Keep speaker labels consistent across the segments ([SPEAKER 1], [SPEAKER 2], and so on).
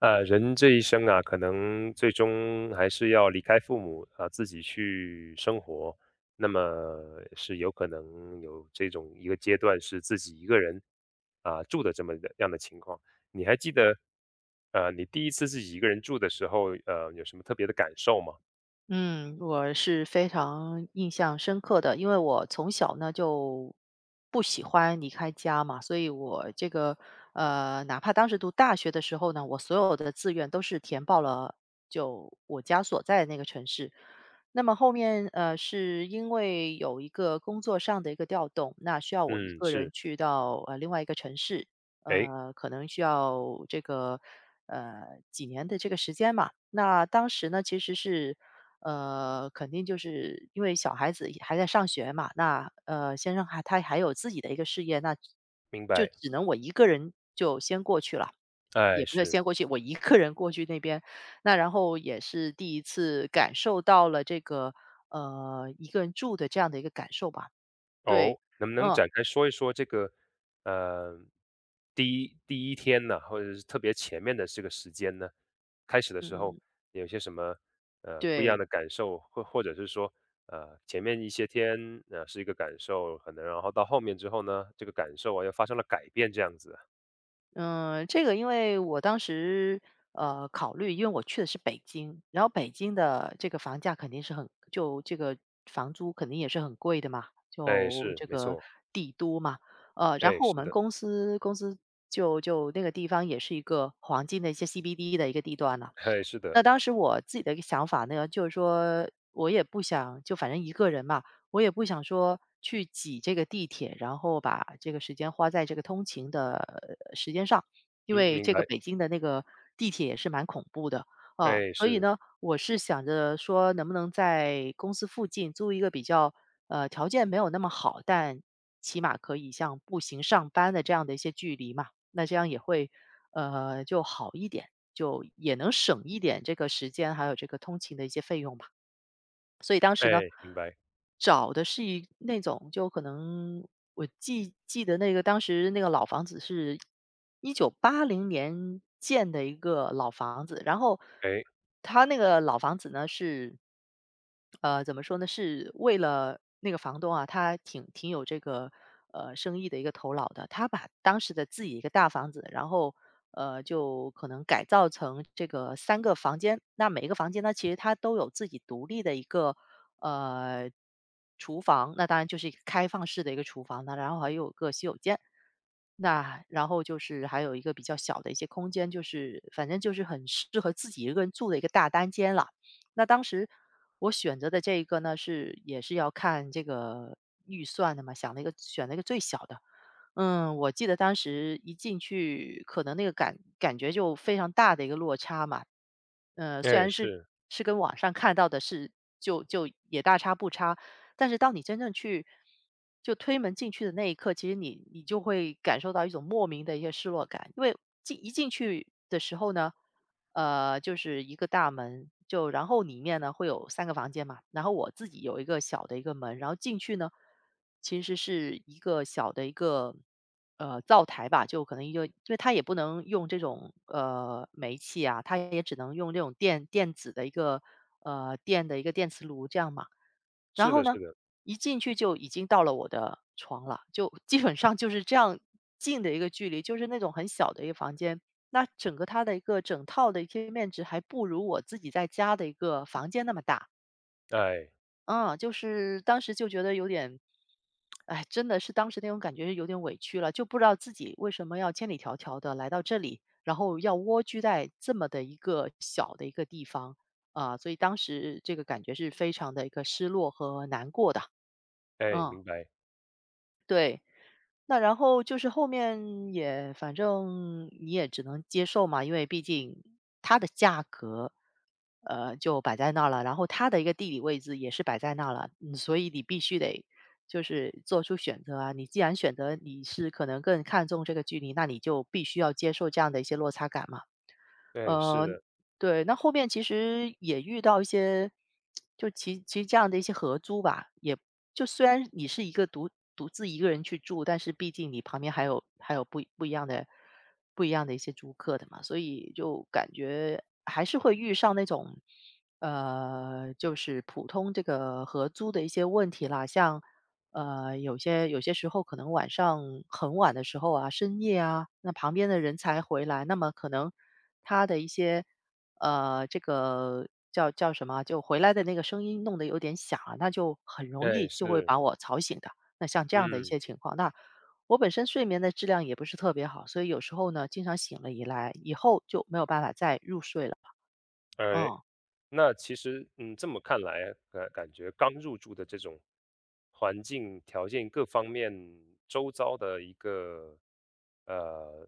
[SPEAKER 1] 人这一生啊，可能最终还是要离开父母啊，自己去生活。那么是有可能有这种一个阶段是自己一个人啊住的这么的样的情况。你还记得你第一次自己一个人住的时候，有什么特别的感受吗？
[SPEAKER 2] 嗯，我是非常印象深刻的，因为我从小呢就不喜欢离开家嘛，所以我这个哪怕当时读大学的时候呢，我所有的志愿都是填报了就我家所在的那个城市。那么后面是因为有一个工作上的一个调动，那需要我一
[SPEAKER 1] 嗯，
[SPEAKER 2] 个人
[SPEAKER 1] 是，
[SPEAKER 2] 去到另外一个城市，
[SPEAKER 1] 哎，
[SPEAKER 2] 可能需要这个呃几年的这个时间嘛。那当时呢，其实是肯定就是因为小孩子也还在上学嘛，那，先生他还有自己的一个事业，那
[SPEAKER 1] 明
[SPEAKER 2] 就
[SPEAKER 1] 白，
[SPEAKER 2] 只能我一个人就先过去了。也
[SPEAKER 1] 哎，
[SPEAKER 2] 不是
[SPEAKER 1] 是。
[SPEAKER 2] 先过去，我一个人过去那边，那然后也是第一次感受到了这个，一个人住的这样的一个感受吧。对，
[SPEAKER 1] 哦，能不能
[SPEAKER 2] 嗯，
[SPEAKER 1] 展开说一说这个，呃，第一天呢，或者是特别前面的这个时间呢？开始的时候
[SPEAKER 2] 嗯，
[SPEAKER 1] 有些什么，不一样
[SPEAKER 2] 对。
[SPEAKER 1] 的感受，或者是说，前面一些天，是一个感受，可能然后到后面之后呢，这个感受啊又发生了改变这样子啊
[SPEAKER 2] 嗯，这个因为我当时考虑，因为我去的是北京，然后北京的这个房价肯定是很，就这个房租肯定也是很贵的嘛，
[SPEAKER 1] 哎，
[SPEAKER 2] 就
[SPEAKER 1] 是，
[SPEAKER 2] 这
[SPEAKER 1] 没
[SPEAKER 2] 个
[SPEAKER 1] 错，
[SPEAKER 2] 帝都嘛，然
[SPEAKER 1] 哎，
[SPEAKER 2] 后我
[SPEAKER 1] 是
[SPEAKER 2] 们
[SPEAKER 1] 的，
[SPEAKER 2] 公司就那个地方也是一个黄金的一些 CBD 的一个地段了。
[SPEAKER 1] 哎，是的，
[SPEAKER 2] 那当时我自己的一个想法呢，就是说我也不想就反正一个人嘛，我也不想说去挤这个地铁，然后把这个时间花在这个通勤的时间上，因
[SPEAKER 1] 嗯，
[SPEAKER 2] 为
[SPEAKER 1] 明
[SPEAKER 2] 这个
[SPEAKER 1] 白，
[SPEAKER 2] 北京的那个地铁也是蛮恐怖的啊。
[SPEAKER 1] 哎，
[SPEAKER 2] 所以
[SPEAKER 1] 是，
[SPEAKER 2] 呢，我是想着说，能不能在公司附近租一个比较条件没有那么好，但起码可以像步行上班的这样的一些距离嘛。那这样也会，就好一点，就也能省一点这个时间，还有这个通勤的一些费用吧。所以当时呢，
[SPEAKER 1] 哎，明白，
[SPEAKER 2] 找的是一那种就可能我记得那个当时那个老房子是1980年建的一个老房子，然后
[SPEAKER 1] 哎，
[SPEAKER 2] 他那个老房子呢是，怎么说呢，是为了那个房东啊，他挺有这个，生意的一个头脑的，他把当时的自己一个大房子，然后就可能改造成这个三个房间。那每一个房间呢，其实它都有自己独立的一个，呃，厨房，那当然就是一个开放式的一个厨房，呢，然后还有个洗手间。那然后就是还有一个比较小的一些空间，就是反正就是很适合自己一个人住的一个大单间了。那当时我选择的这一个呢，是也是要看这个预算的嘛，想了一个选了一个最小的。嗯，我记得当时一进去，可能那个感觉就非常大的一个落差嘛。虽
[SPEAKER 1] 哎，
[SPEAKER 2] 然是
[SPEAKER 1] 是，
[SPEAKER 2] 是跟网上看到的是就也大差不差，但是当你真正去就推门进去的那一刻，其实你就会感受到一种莫名的一些失落感，因为进去的时候呢，就是一个大门，就然后里面呢会有三个房间嘛，然后我自己有一个小的一个门，然后进去呢，其实是一个小的一个灶台吧，就可能一个，因为它也不能用这种煤气啊，它也只能用这种电子的一个电的一个电磁炉这样嘛。然
[SPEAKER 1] 是
[SPEAKER 2] 后
[SPEAKER 1] 的是
[SPEAKER 2] 呢，
[SPEAKER 1] 的，
[SPEAKER 2] 一进去就已经到了我的床了，就基本上就是这样近的一个距离，就是那种很小的一个房间。那整个它的一个整套的一贴面值还不如我自己在家的一个房间那么大。
[SPEAKER 1] 哎，
[SPEAKER 2] 嗯，就是当时就觉得有点，哎，真的是当时那种感觉是有点委屈了，就不知道自己为什么要千里迢迢的来到这里，然后要蜗居在这么的一个小的一个地方啊，所以当时这个感觉是非常的一个失落和难过的。
[SPEAKER 1] 哎，
[SPEAKER 2] 嗯，
[SPEAKER 1] 明白，
[SPEAKER 2] 对。那然后就是后面也反正你也只能接受嘛，因为毕竟它的价格，就摆在那儿了，然后它的一个地理位置也是摆在那儿了，嗯，所以你必须得就是做出选择啊。你既然选择你是可能更看重这个距离，那你就必须要接受这样的一些落差感嘛。
[SPEAKER 1] 哎，是
[SPEAKER 2] 呃，
[SPEAKER 1] 的。
[SPEAKER 2] 对，那后面其实也遇到一些，就其实这样的一些合租吧，也就虽然你是一个独自一个人去住，但是毕竟你旁边还有不一样的一些租客的嘛，所以就感觉还是会遇上那种，就是普通这个合租的一些问题啦，像有些时候可能晚上很晚的时候啊，深夜啊，那旁边的人才回来，那么可能他的一些这个叫什么啊，就回来的那个声音弄得有点响啊，那就很容易
[SPEAKER 1] 哎，
[SPEAKER 2] 就会
[SPEAKER 1] 是，
[SPEAKER 2] 把我吵醒的。那像这样的一
[SPEAKER 1] 嗯，
[SPEAKER 2] 些情况，那我本身睡眠的质量也不是特别好，所以有时候呢，经常醒了以来以后就没有办法再入睡了，
[SPEAKER 1] 哎，
[SPEAKER 2] 嗯。
[SPEAKER 1] 那其实，嗯，这么看来啊，感觉刚入住的这种环境条件各方面，周遭的一个呃，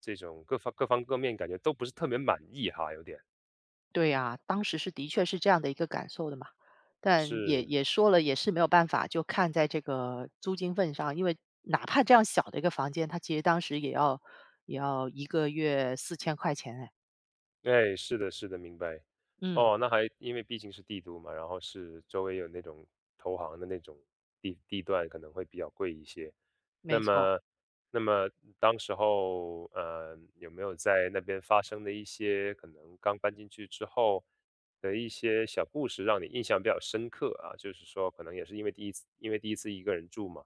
[SPEAKER 1] 这种各方面，感觉都不是特别满意哈，有点
[SPEAKER 2] 对呀，当时是的确是这样的一个感受的嘛，但也
[SPEAKER 1] 是。
[SPEAKER 2] 也说了，也是没有办法，就看在这个租金份上，因为哪怕这样小的一个房间，它其实当时也要一个月4000块钱哎，
[SPEAKER 1] 哎，是的，是的，明白。
[SPEAKER 2] 嗯，
[SPEAKER 1] 哦，那还因为毕竟是帝都嘛，然后是周围有那种投行的那种地段，可能会比较贵一些。那
[SPEAKER 2] 没错，
[SPEAKER 1] 么，那么当时候，有没有在那边发生的一些可能刚搬进去之后的一些小故事，让你印象比较深刻啊？就是说，可能也是因为第一次一个人住嘛，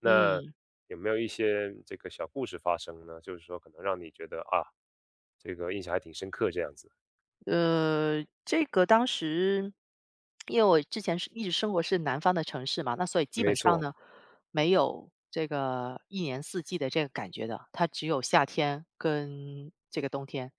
[SPEAKER 1] 那
[SPEAKER 2] 嗯。
[SPEAKER 1] 有没有一些这个小故事发生呢？就是说可能让你觉得啊，这个印象还挺深刻这样子。
[SPEAKER 2] 这个当时因为我之前是一直生活是南方的城市嘛，那所以基
[SPEAKER 1] 没
[SPEAKER 2] 本上
[SPEAKER 1] 错，
[SPEAKER 2] 呢，没有这个一年四季的这个感觉的，它只有夏天跟这个冬天，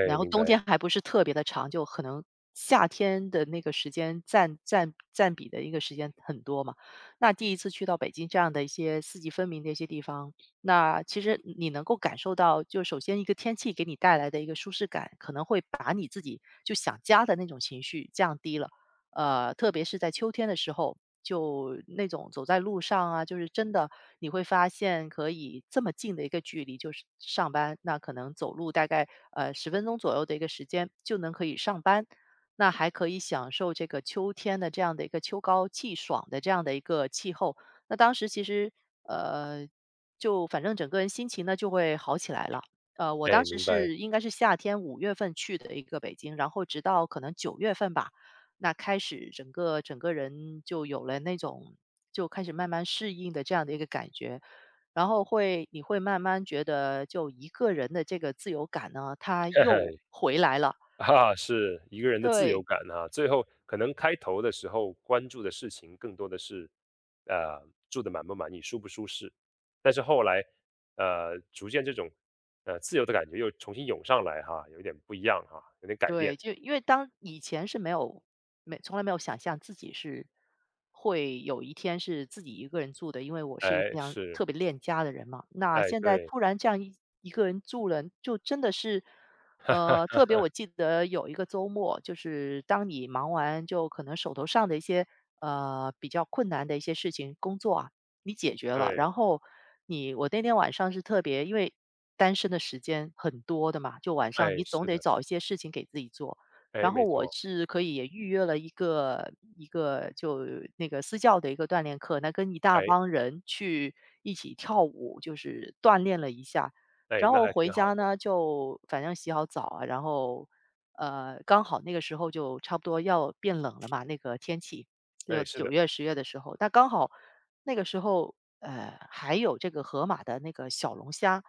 [SPEAKER 2] 然后
[SPEAKER 1] 明
[SPEAKER 2] 冬
[SPEAKER 1] 白，
[SPEAKER 2] 天还不是特别的长，就可能夏天的那个时间占占比的一个时间很多嘛。那第一次去到北京这样的一些四季分明的一些地方，那其实你能够感受到，就首先一个天气给你带来的一个舒适感，可能会把你自己就想家的那种情绪降低了。特别是在秋天的时候，就那种走在路上啊，就是真的你会发现可以这么近的一个距离，就是上班，那可能走路大概10分钟左右的一个时间就能可以上班，那还可以享受这个秋天的这样的一个秋高气爽的这样的一个气候，那当时其实，呃，就反正整个人心情呢就会好起来了。我当
[SPEAKER 1] 哎，
[SPEAKER 2] 时
[SPEAKER 1] 明白，
[SPEAKER 2] 是应该是夏天5月份去的一个北京，然后直到可能9月份吧，那开始整个人就有了那种就开始慢慢适应的这样的一个感觉，然后会你会慢慢觉得就一个人的这个自由感呢，它又 回来了。
[SPEAKER 1] 哈，是一个人的自由
[SPEAKER 2] 对，
[SPEAKER 1] 感啊。最后可能开头的时候关注的事情更多的是，呃，住的满不满意，舒不舒适。但是后来，逐渐这种自由的感觉又重新涌上来哈，有一点不一样哈，有点改变。
[SPEAKER 2] 对，就因为当以前是没有没从来没有想象自己是会有一天是自己一个人住的，因为我是一个非
[SPEAKER 1] 哎，
[SPEAKER 2] 常
[SPEAKER 1] 是，
[SPEAKER 2] 特别恋家的人嘛。那
[SPEAKER 1] 哎，
[SPEAKER 2] 现在
[SPEAKER 1] 对，
[SPEAKER 2] 突然这样一个人住了，就真的是，特别我记得有一个周末，就是当你忙完就可能手头上的一些比较困难的一些事情，工作啊，你解决了，
[SPEAKER 1] 对，
[SPEAKER 2] 然后我那天晚上是特别因为单身的时间很多的嘛，就晚上
[SPEAKER 1] 哎，
[SPEAKER 2] 你总
[SPEAKER 1] 是
[SPEAKER 2] 得
[SPEAKER 1] 的。
[SPEAKER 2] 找一些事情给自己做。
[SPEAKER 1] 哎，
[SPEAKER 2] 然后
[SPEAKER 1] 没
[SPEAKER 2] 我
[SPEAKER 1] 错，
[SPEAKER 2] 是可以也预约了一个一个就那个私教的一个锻炼课，那跟一大
[SPEAKER 1] 哎，
[SPEAKER 2] 帮人去一起跳舞，就是锻炼了一下。
[SPEAKER 1] 哎，
[SPEAKER 2] 然
[SPEAKER 1] 那
[SPEAKER 2] 后
[SPEAKER 1] 还
[SPEAKER 2] 回
[SPEAKER 1] 挺好
[SPEAKER 2] 家
[SPEAKER 1] 的，
[SPEAKER 2] 呢，就反正洗好澡啊，然后刚好那个时候就差不多要变冷了嘛，那个天气就
[SPEAKER 1] 哎，是
[SPEAKER 2] 九
[SPEAKER 1] 的，
[SPEAKER 2] 月、10月的时候，那刚好那个时候，还有这个河马的那个小龙虾，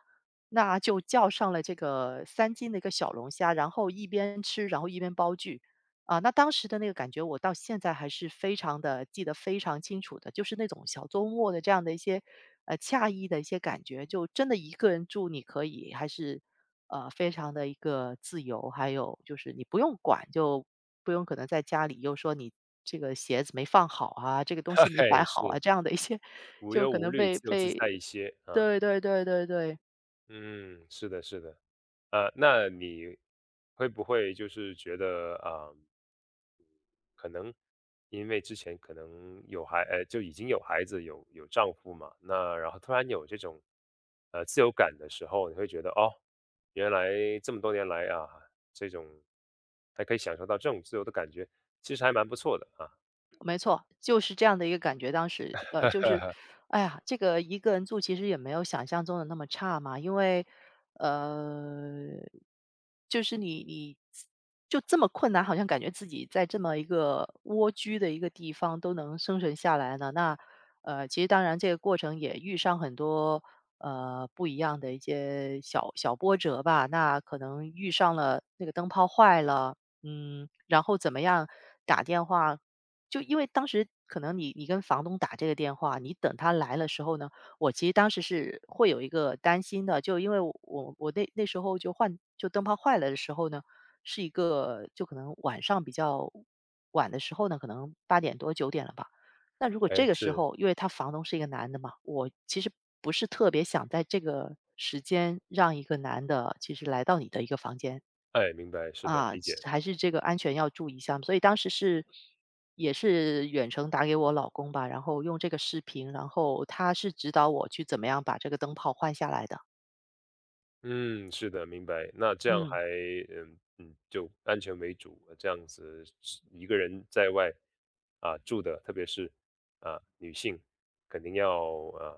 [SPEAKER 2] 那就叫上了这个3斤的一个小龙虾，然后一边吃，然后一边煲剧。啊，那当时的那个感觉，我到现在还是非常的记得非常清楚的，就是那种小周末的这样的一些，惬意的一些感觉，就真的一个人住你可以，还是，非常的一个自由，还有就是你不用管，就不用可能在家里又说你这个鞋子没放好啊，这个东西 没摆
[SPEAKER 1] 哎，
[SPEAKER 2] 好啊，
[SPEAKER 1] 是，
[SPEAKER 2] 这样的一些，
[SPEAKER 1] 无
[SPEAKER 2] 就
[SPEAKER 1] 忧
[SPEAKER 2] 可
[SPEAKER 1] 无
[SPEAKER 2] 能
[SPEAKER 1] 虑，
[SPEAKER 2] 被
[SPEAKER 1] 自由自在
[SPEAKER 2] 被
[SPEAKER 1] 一些啊，
[SPEAKER 2] 对对对对对。
[SPEAKER 1] 嗯，是的，是的，那你会不会就是觉得啊，可能因为之前可能就已经有孩子，有丈夫嘛，那然后突然有这种自由感的时候，你会觉得哦，原来这么多年来啊，这种还可以享受到这种自由的感觉，其实还蛮不错的啊，
[SPEAKER 2] 没错，就是这样的一个感觉。当时，就
[SPEAKER 1] 哈
[SPEAKER 2] 是，
[SPEAKER 1] 哈，
[SPEAKER 2] 哎呀，这个一个人住其实也没有想象中的那么差嘛，因为，呃，就是你就这么困难，好像感觉自己在这么一个蜗居的一个地方都能生存下来呢。那，其实当然这个过程也遇上很多不一样的一些小小波折吧。那可能遇上了那个灯泡坏了，然后怎么样打电话就因为当时可能你跟房东打这个电话，你等他来了时候呢，我其实当时是会有一个担心的，就因为我那时候就灯泡坏了的时候呢，是一个就可能晚上比较晚的时候呢，可能8点多9点了吧。那如果这
[SPEAKER 1] 哎，
[SPEAKER 2] 个时
[SPEAKER 1] 是。
[SPEAKER 2] 候，因为他房东是一个男的嘛，我其实不是特别想在这个时间让一个男的其实来到你的一个房间，
[SPEAKER 1] 哎，明白，是的，
[SPEAKER 2] 啊，
[SPEAKER 1] 理解。
[SPEAKER 2] 还是这个安全要注意一下。所以当时是也是远程打给我老公吧，然后用这个视频，然后他是指导我去怎么样把这个灯泡换下来的。
[SPEAKER 1] 嗯，是的，明白。那这样
[SPEAKER 2] 嗯，
[SPEAKER 1] 还，嗯嗯，就安全为主，这样子是一个人在外啊住的，特别是啊女性，肯定要啊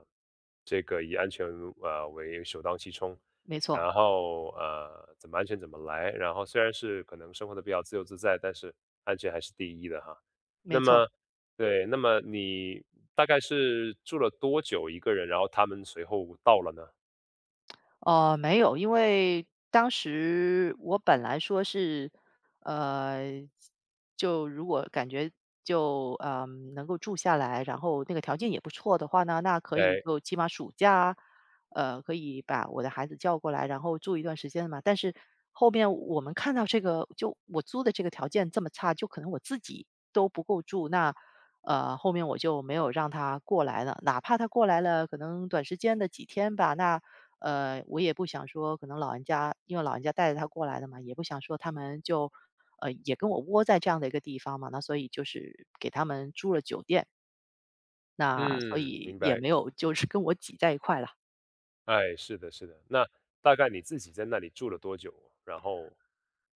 [SPEAKER 1] 这个以安全啊为首当其冲，
[SPEAKER 2] 没错，
[SPEAKER 1] 然后啊怎么安全怎么来，然后虽然是可能生活的比较自由自在，但是安全还是第一的哈。
[SPEAKER 2] 没
[SPEAKER 1] 那
[SPEAKER 2] 错。
[SPEAKER 1] 么对，那么你大概是住了多久一个人，然后他们随后到了呢？
[SPEAKER 2] 没有，因为当时我本来说是，呃，就如果感觉就能够住下来，然后那个条件也不错的话呢，那可以
[SPEAKER 1] 哎，
[SPEAKER 2] 就起码暑假，可以把我的孩子叫过来，然后住一段时间嘛。但是后面我们看到这个，就我租的这个条件这么差，就可能我自己都不够住，那。后面我就没有让他过来了，哪怕他过来了，可能短时间的几天吧，那我也不想说，可能老人家因为老人家带着他过来的嘛，也不想说他们就也跟我窝在这样的一个地方嘛，那所以就是给他们住了酒店，那所
[SPEAKER 1] 嗯，
[SPEAKER 2] 以
[SPEAKER 1] 明
[SPEAKER 2] 也
[SPEAKER 1] 白。
[SPEAKER 2] 没有就是跟我挤在一块了。
[SPEAKER 1] 哎，是的，是的。那大概你自己在那里住了多久？然后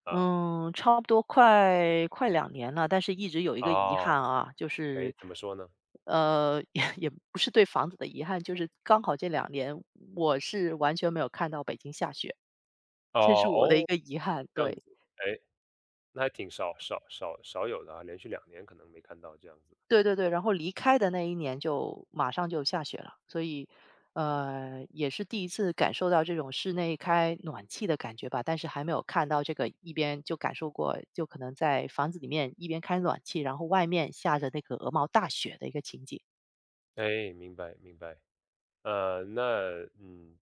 [SPEAKER 1] 啊，
[SPEAKER 2] 嗯，差不多快两年了，但是一直有一个遗
[SPEAKER 1] 啊，
[SPEAKER 2] 憾啊，就
[SPEAKER 1] 哎，
[SPEAKER 2] 是，
[SPEAKER 1] 怎么说呢？
[SPEAKER 2] 也不是对房子的遗憾，就是刚好这两年我是完全没有看到北京下雪，这是
[SPEAKER 1] 哦
[SPEAKER 2] 我的一
[SPEAKER 1] 哦，
[SPEAKER 2] 个遗憾。
[SPEAKER 1] 这样
[SPEAKER 2] 对，
[SPEAKER 1] 子，哎，那还挺少有的啊，连续两年可能没看到这样子。
[SPEAKER 2] 对对对，然后离开的那一年就马上就下雪了，所以，也是第一次感受到这种室内开暖气的感觉吧，但是还没有看到这个一边就感受过，就可能在房子里面一边开暖气，然后外面下着那个鹅毛大雪的一个情景。
[SPEAKER 1] 哎，明白明白。那嗯，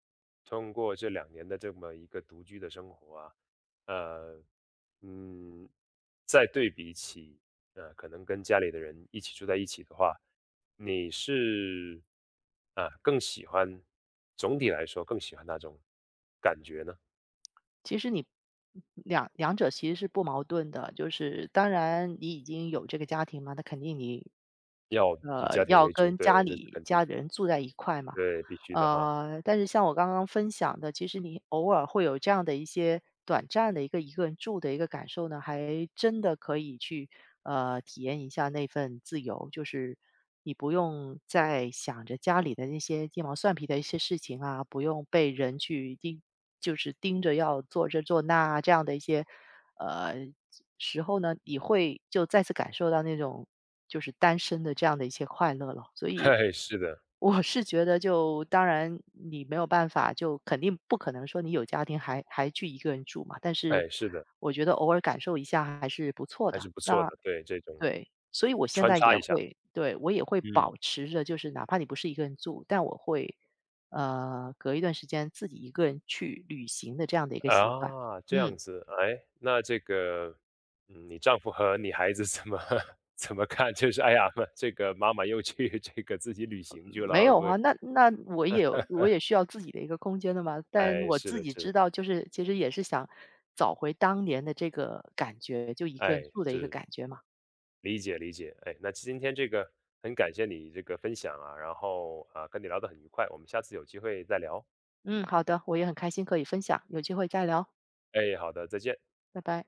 [SPEAKER 1] 通过这两年的这么一个独居的生活啊，呃，嗯，再对比起可能跟家里的人一起住在一起的话，你是啊，更喜欢总体来说更喜欢哪种感觉呢？
[SPEAKER 2] 其实你两者其实是不矛盾的，就是当然你已经有这个家庭嘛，那肯定你
[SPEAKER 1] 要以家庭
[SPEAKER 2] 要
[SPEAKER 1] 为主，
[SPEAKER 2] 跟
[SPEAKER 1] 对，
[SPEAKER 2] 家
[SPEAKER 1] 这是
[SPEAKER 2] 里
[SPEAKER 1] 肯定，
[SPEAKER 2] 家人住在一块嘛。
[SPEAKER 1] 对，必须的哈。
[SPEAKER 2] 但是像我刚刚分享的，其实你偶尔会有这样的一些短暂的一个人住的一个感受呢，还真的可以去体验一下那份自由，就是你不用再想着家里的那些鸡毛蒜皮的一些事情啊，不用被人去盯，就是盯着要做这做那啊这样的一些呃时候呢，你会就再次感受到那种就是单身的这样的一些快乐了，所以。
[SPEAKER 1] 嘿，是的，
[SPEAKER 2] 我是觉得就当然你没有办法，就肯定不可能说你有家庭还去一个人住嘛，但是
[SPEAKER 1] 哎，是的，
[SPEAKER 2] 我觉得偶尔感受一下还是不错
[SPEAKER 1] 还
[SPEAKER 2] 的。
[SPEAKER 1] 是不错
[SPEAKER 2] 那
[SPEAKER 1] 的，对，这种
[SPEAKER 2] 对，所以我现
[SPEAKER 1] 穿
[SPEAKER 2] 在
[SPEAKER 1] 插
[SPEAKER 2] 也
[SPEAKER 1] 一下，
[SPEAKER 2] 会，对，我也会
[SPEAKER 1] 嗯。
[SPEAKER 2] 保持着，就是哪怕你不是一个人住，但我会隔一段时间自己一个人去旅行的这样的一个习惯。
[SPEAKER 1] 啊，这样
[SPEAKER 2] 嗯。
[SPEAKER 1] 子，哎，那这个，嗯，你丈夫和你孩子怎么 怎么看？就是哎呀，这个妈妈又去这个自己旅行去
[SPEAKER 2] 没
[SPEAKER 1] 了，会
[SPEAKER 2] 有
[SPEAKER 1] 不
[SPEAKER 2] 啊，
[SPEAKER 1] 会？
[SPEAKER 2] 那我也需要自己的一个空间的嘛。但
[SPEAKER 1] 哎，
[SPEAKER 2] 我
[SPEAKER 1] 是
[SPEAKER 2] 自
[SPEAKER 1] 的，
[SPEAKER 2] 己
[SPEAKER 1] 是
[SPEAKER 2] 知
[SPEAKER 1] 的，
[SPEAKER 2] 道，就是其实也是想找回当年的这个感觉，就一个人
[SPEAKER 1] 哎，
[SPEAKER 2] 住的一个
[SPEAKER 1] 是
[SPEAKER 2] 感觉嘛。
[SPEAKER 1] 理解理解，哎，那今天这个很感谢你这个分享啊，然后啊，跟你聊得很愉快，我们下次有机会再聊。
[SPEAKER 2] 嗯，好的，我也很开心可以分享，有机会再聊，
[SPEAKER 1] 哎，好的，再见。
[SPEAKER 2] 拜拜。